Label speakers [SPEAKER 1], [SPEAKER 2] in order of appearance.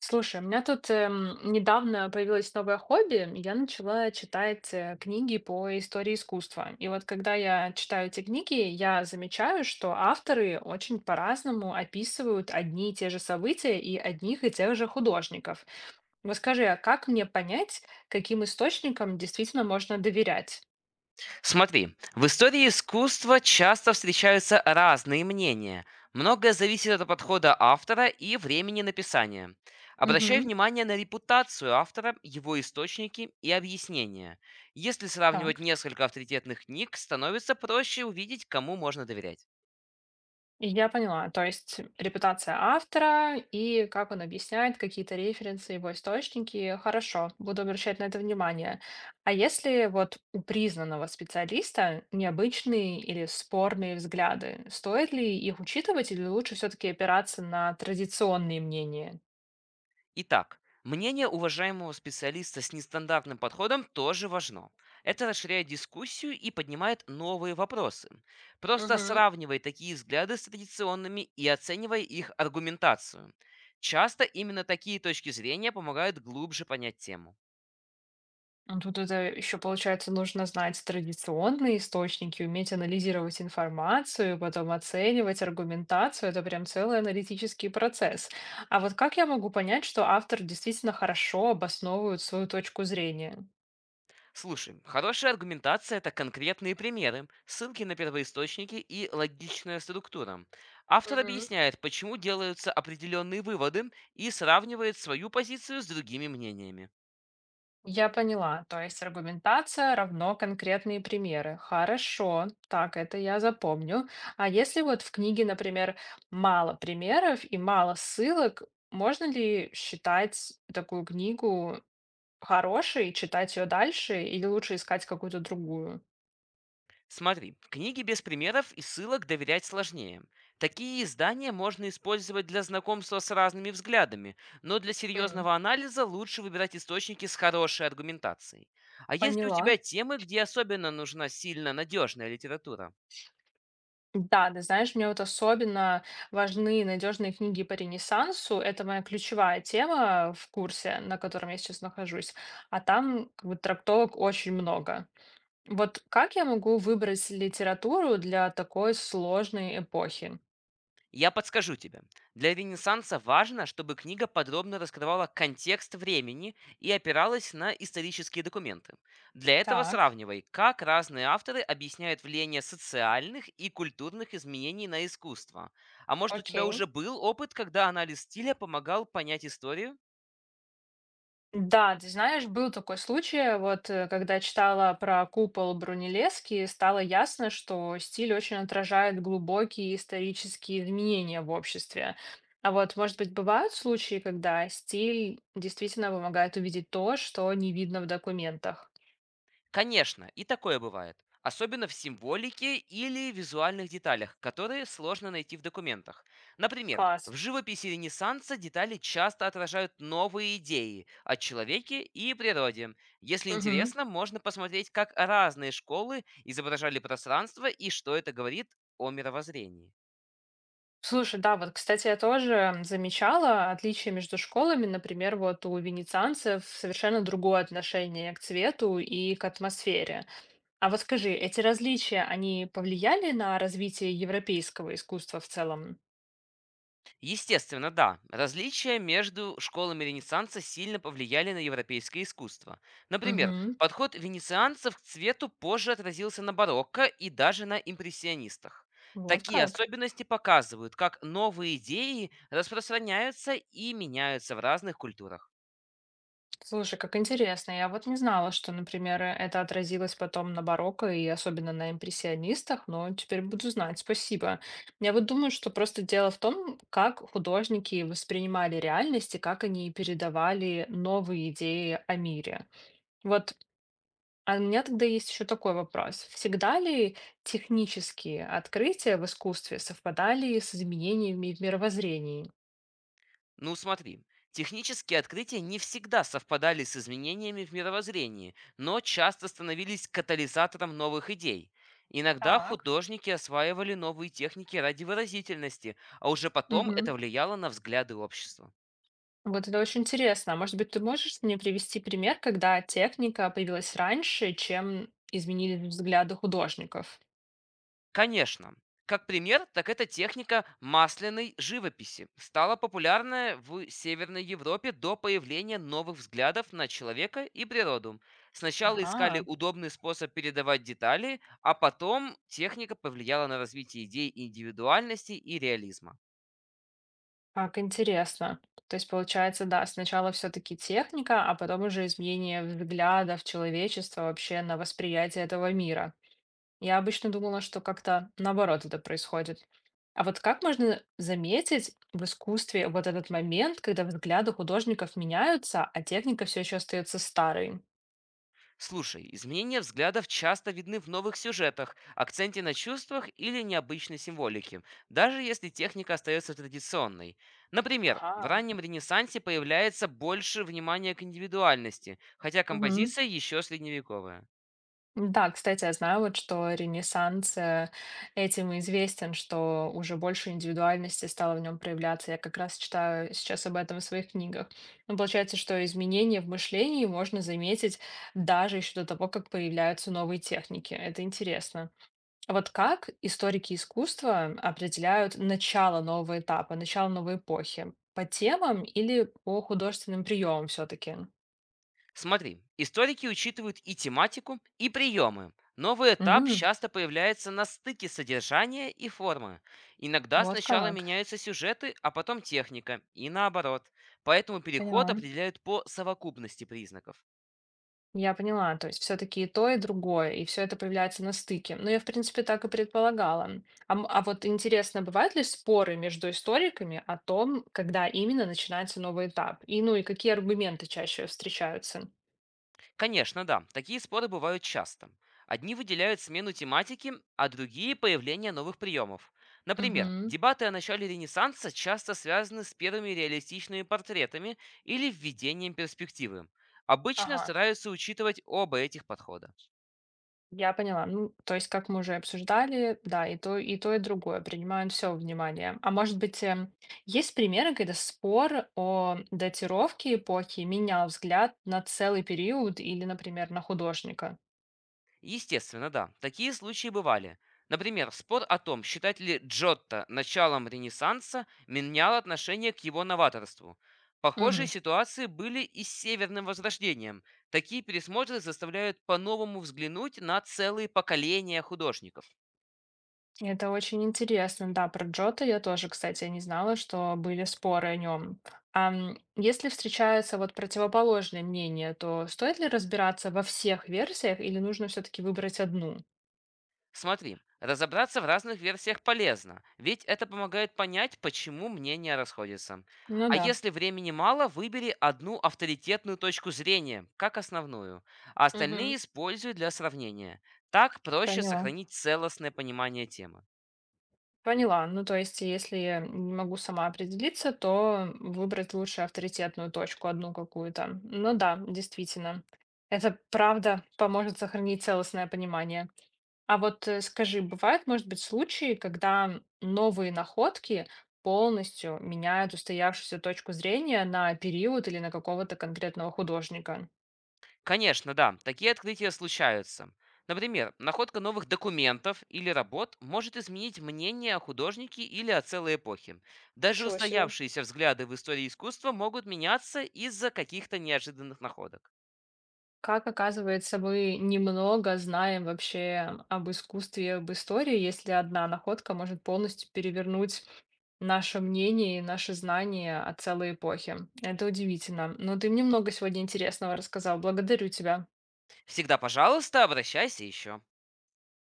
[SPEAKER 1] Слушай, у меня тут недавно появилось новое хобби. Я начала читать книги по истории искусства. И вот когда я читаю эти книги, я замечаю, что авторы очень по-разному описывают одни и те же события и одних и тех же художников. Вот скажи, а как мне понять, каким источникам действительно можно доверять?
[SPEAKER 2] Смотри, в истории искусства часто встречаются разные мнения. Многое зависит от подхода автора и времени написания. Обращай
[SPEAKER 1] Угу,
[SPEAKER 2] внимание на репутацию автора, его источники и объяснения. Если сравнивать
[SPEAKER 1] так.
[SPEAKER 2] несколько авторитетных книг, становится проще увидеть, кому можно доверять.
[SPEAKER 1] Я поняла. То есть репутация автора и как он объясняет какие-то референсы, его источники. Хорошо, буду обращать на это внимание. А если вот у признанного специалиста необычные или спорные взгляды, стоит ли их учитывать или лучше все-таки опираться на традиционные мнения?
[SPEAKER 2] Итак, мнение уважаемого специалиста с нестандартным подходом тоже важно. Это расширяет дискуссию и поднимает новые вопросы. Просто
[SPEAKER 1] Мгм.
[SPEAKER 2] сравнивай такие взгляды с традиционными и оценивай их аргументацию. Часто именно такие точки зрения помогают глубже понять тему.
[SPEAKER 1] Ну, тут это еще, получается, нужно знать традиционные источники, уметь анализировать информацию, потом оценивать аргументацию. Это прям целый аналитический процесс. А вот как я могу понять, что автор действительно хорошо обосновывает свою точку зрения?
[SPEAKER 2] Слушай, хорошая аргументация– это конкретные примеры, ссылки на первоисточники и логичная структура. Автор
[SPEAKER 1] Мгм.
[SPEAKER 2] объясняет, почему делаются определенные выводы и сравнивает свою позицию с другими мнениями.
[SPEAKER 1] Я поняла. То есть аргументация равно конкретные примеры. Хорошо, так это я запомню. А если вот в книге, например, мало примеров и мало ссылок, можно ли считать такую книгу хороший, читать ее дальше или лучше искать какую-то другую?
[SPEAKER 2] Смотри, книги без примеров и ссылок доверять сложнее. Такие издания можно использовать для знакомства с разными взглядами, но для
[SPEAKER 1] М,
[SPEAKER 2] серьезного анализа лучше выбирать источники с хорошей аргументацией. А есть ли у
[SPEAKER 1] поняла.
[SPEAKER 2] тебя темы, где особенно нужна сильно надежная литература?
[SPEAKER 1] Да, ты знаешь, мне вот особенно важны надежные книги по Ренессансу. Это моя ключевая тема в курсе, на котором я сейчас нахожусь. А там как бы трактовок очень много. Вот как я могу выбрать литературу для такой сложной эпохи?
[SPEAKER 2] Я подскажу тебе. Для Ренессанса важно, чтобы книга подробно раскрывала контекст времени и опиралась на исторические документы. Для этого
[SPEAKER 1] Так,
[SPEAKER 2] сравнивай, как разные авторы объясняют влияние социальных и культурных изменений на искусство. А может, у тебя
[SPEAKER 1] окей.
[SPEAKER 2] уже был опыт, когда анализ стиля помогал понять историю?
[SPEAKER 1] Да, ты знаешь, был такой случай, вот когда читала про купол Брунеллески, стало ясно, что стиль очень отражает глубокие исторические изменения в обществе. А вот, может быть, бывают случаи, когда стиль действительно помогает увидеть то, что не видно в документах.
[SPEAKER 2] Конечно, и такое бывает. Особенно в символике или визуальных деталях, которые сложно найти в документах. Например,
[SPEAKER 1] Класс.
[SPEAKER 2] в живописи Ренессанса детали часто отражают новые идеи о человеке и природе. Если
[SPEAKER 1] Мгм.
[SPEAKER 2] интересно, можно посмотреть, как разные школы изображали пространство и что это говорит о мировоззрении.
[SPEAKER 1] Слушай, да, вот, кстати, я тоже замечала отличия между школами. Например, вот у венецианцев совершенно другое отношение к цвету и к атмосфере. А вот скажи, эти различия, они повлияли на развитие европейского искусства в целом?
[SPEAKER 2] Естественно, да. Различия между школами Ренессанса сильно повлияли на европейское искусство. Например,
[SPEAKER 1] Угу,
[SPEAKER 2] подход венецианцев к цвету позже отразился на барокко и даже на импрессионистах.
[SPEAKER 1] вот
[SPEAKER 2] Такие
[SPEAKER 1] как.
[SPEAKER 2] особенности показывают, как новые идеи распространяются и меняются в разных культурах.
[SPEAKER 1] Слушай, как интересно. Я вот не знала, что, например, это отразилось потом на барокко и особенно на импрессионистах, но теперь буду знать. Спасибо. Я вот думаю, что просто дело в том, как художники воспринимали реальность и как они передавали новые идеи о мире. Вот. А у меня тогда есть еще такой вопрос. Всегда ли технические открытия в искусстве совпадали с изменениями в мировоззрении?
[SPEAKER 2] Ну смотри, технические открытия не всегда совпадали с изменениями в мировоззрении, но часто становились катализатором новых идей. Иногда
[SPEAKER 1] Так.
[SPEAKER 2] художники осваивали новые техники ради выразительности, а уже потом
[SPEAKER 1] Мгм.
[SPEAKER 2] это влияло на взгляды общества.
[SPEAKER 1] Вот это очень интересно. А может быть, ты можешь мне привести пример, когда техника появилась раньше, чем изменились взгляды художников?
[SPEAKER 2] Конечно. Как пример, так это техника масляной живописи. Стала популярная в Северной Европе до появления новых взглядов на человека и природу. Сначала искали
[SPEAKER 1] Ага,
[SPEAKER 2] удобный способ передавать детали, а потом техника повлияла на развитие идей индивидуальности и реализма.
[SPEAKER 1] как интересно. То есть, получается, да, сначала все-таки техника, а потом уже изменение взглядов человечества вообще на восприятие этого мира. Я обычно думала, что как-то наоборот это происходит. А вот как можно заметить в искусстве вот этот момент, когда взгляды художников меняются, а техника все еще остается старой?
[SPEAKER 2] Слушай, изменения взглядов часто видны в новых сюжетах, акценте на чувствах или необычной символике, даже если техника остается традиционной. Например,
[SPEAKER 1] Ага,
[SPEAKER 2] в раннем Ренессансе появляется больше внимания к индивидуальности, хотя
[SPEAKER 1] мгм.
[SPEAKER 2] композиция еще средневековая.
[SPEAKER 1] Да, кстати, я знаю, вот, что Ренессанс этим и известен, что уже больше индивидуальности стало в нем проявляться. Я как раз читаю сейчас об этом в своих книгах. Ну, получается, что изменения в мышлении можно заметить даже еще до того, как появляются новые техники. Это интересно. Вот как историки искусства определяют начало нового этапа, начало новой эпохи? По темам или по художественным приемам все-таки?
[SPEAKER 2] Смотри, историки учитывают и тематику, и приемы. Новый этап
[SPEAKER 1] М,
[SPEAKER 2] часто появляется на стыке содержания и формы. Иногда
[SPEAKER 1] вот
[SPEAKER 2] сначала
[SPEAKER 1] как.
[SPEAKER 2] меняются сюжеты, а потом техника, и наоборот. Поэтому переход
[SPEAKER 1] Поняла.
[SPEAKER 2] определяют по совокупности признаков.
[SPEAKER 1] Я поняла. То есть все-таки и то, и другое, и все это появляется на стыке. Ну, я, в принципе, так и предполагала. А вот интересно, бывают ли споры между историками о том, когда именно начинается новый этап? И ну и какие аргументы чаще встречаются?
[SPEAKER 2] Конечно, да, такие споры бывают часто. Одни выделяют смену тематики, а другие– появление новых приемов. Например,
[SPEAKER 1] Мгм.
[SPEAKER 2] дебаты о начале Ренессанса часто связаны с первыми реалистичными портретами или введением перспективы. Обычно
[SPEAKER 1] Ага.
[SPEAKER 2] стараются учитывать оба этих подхода.
[SPEAKER 1] Я поняла. Ну, то есть, как мы уже обсуждали, да, и то, и то, и другое принимают все внимание. А может быть, есть примеры, когда спор о датировке эпохи менял взгляд на целый период или, например, на художника?
[SPEAKER 2] Естественно, да. Такие случаи бывали. Например, спор о том, считать ли Джотто началом Ренессанса, менял отношение к его новаторству. Похожие
[SPEAKER 1] Мгм.
[SPEAKER 2] ситуации были и с Северным Возрождением. Такие пересмотры заставляют по-новому взглянуть на целые поколения художников.
[SPEAKER 1] Это очень интересно. Да, про Джота я тоже, кстати, не знала, что были споры о нем. А если встречаются вот противоположные мнения, то стоит ли разбираться во всех версиях или нужно все-таки выбрать одну?
[SPEAKER 2] Смотри, разобраться в разных версиях полезно, ведь это помогает понять, почему мнения расходятся.
[SPEAKER 1] Ну
[SPEAKER 2] А
[SPEAKER 1] да,
[SPEAKER 2] если времени мало, выбери одну авторитетную точку зрения, как основную, а
[SPEAKER 1] мгм,
[SPEAKER 2] остальные используй для сравнения. Так проще
[SPEAKER 1] поняла.
[SPEAKER 2] сохранить целостное понимание темы.
[SPEAKER 1] Поняла. Ну, то есть, если я не могу сама определиться, то выбрать лучше авторитетную точку, одну какую-то. Ну да, действительно. Это правда поможет сохранить целостное понимание. А вот скажи, бывают, может быть, случаи, когда новые находки полностью меняют устоявшуюся точку зрения на период или на какого-то конкретного художника?
[SPEAKER 2] Конечно, да, такие открытия случаются. Например, находка новых документов или работ может изменить мнение о художнике или о целой эпохе. Даже
[SPEAKER 1] Ничего себе.
[SPEAKER 2] устоявшиеся взгляды в истории искусства могут меняться из-за каких-то неожиданных находок.
[SPEAKER 1] Как оказывается, мы немного знаем вообще об искусстве, об истории, если одна находка может полностью перевернуть наше мнение и наши знания о целой эпохе. Это удивительно. Но ты мне много сегодня интересного рассказал. Благодарю тебя.
[SPEAKER 2] Всегда, пожалуйста, обращайся еще.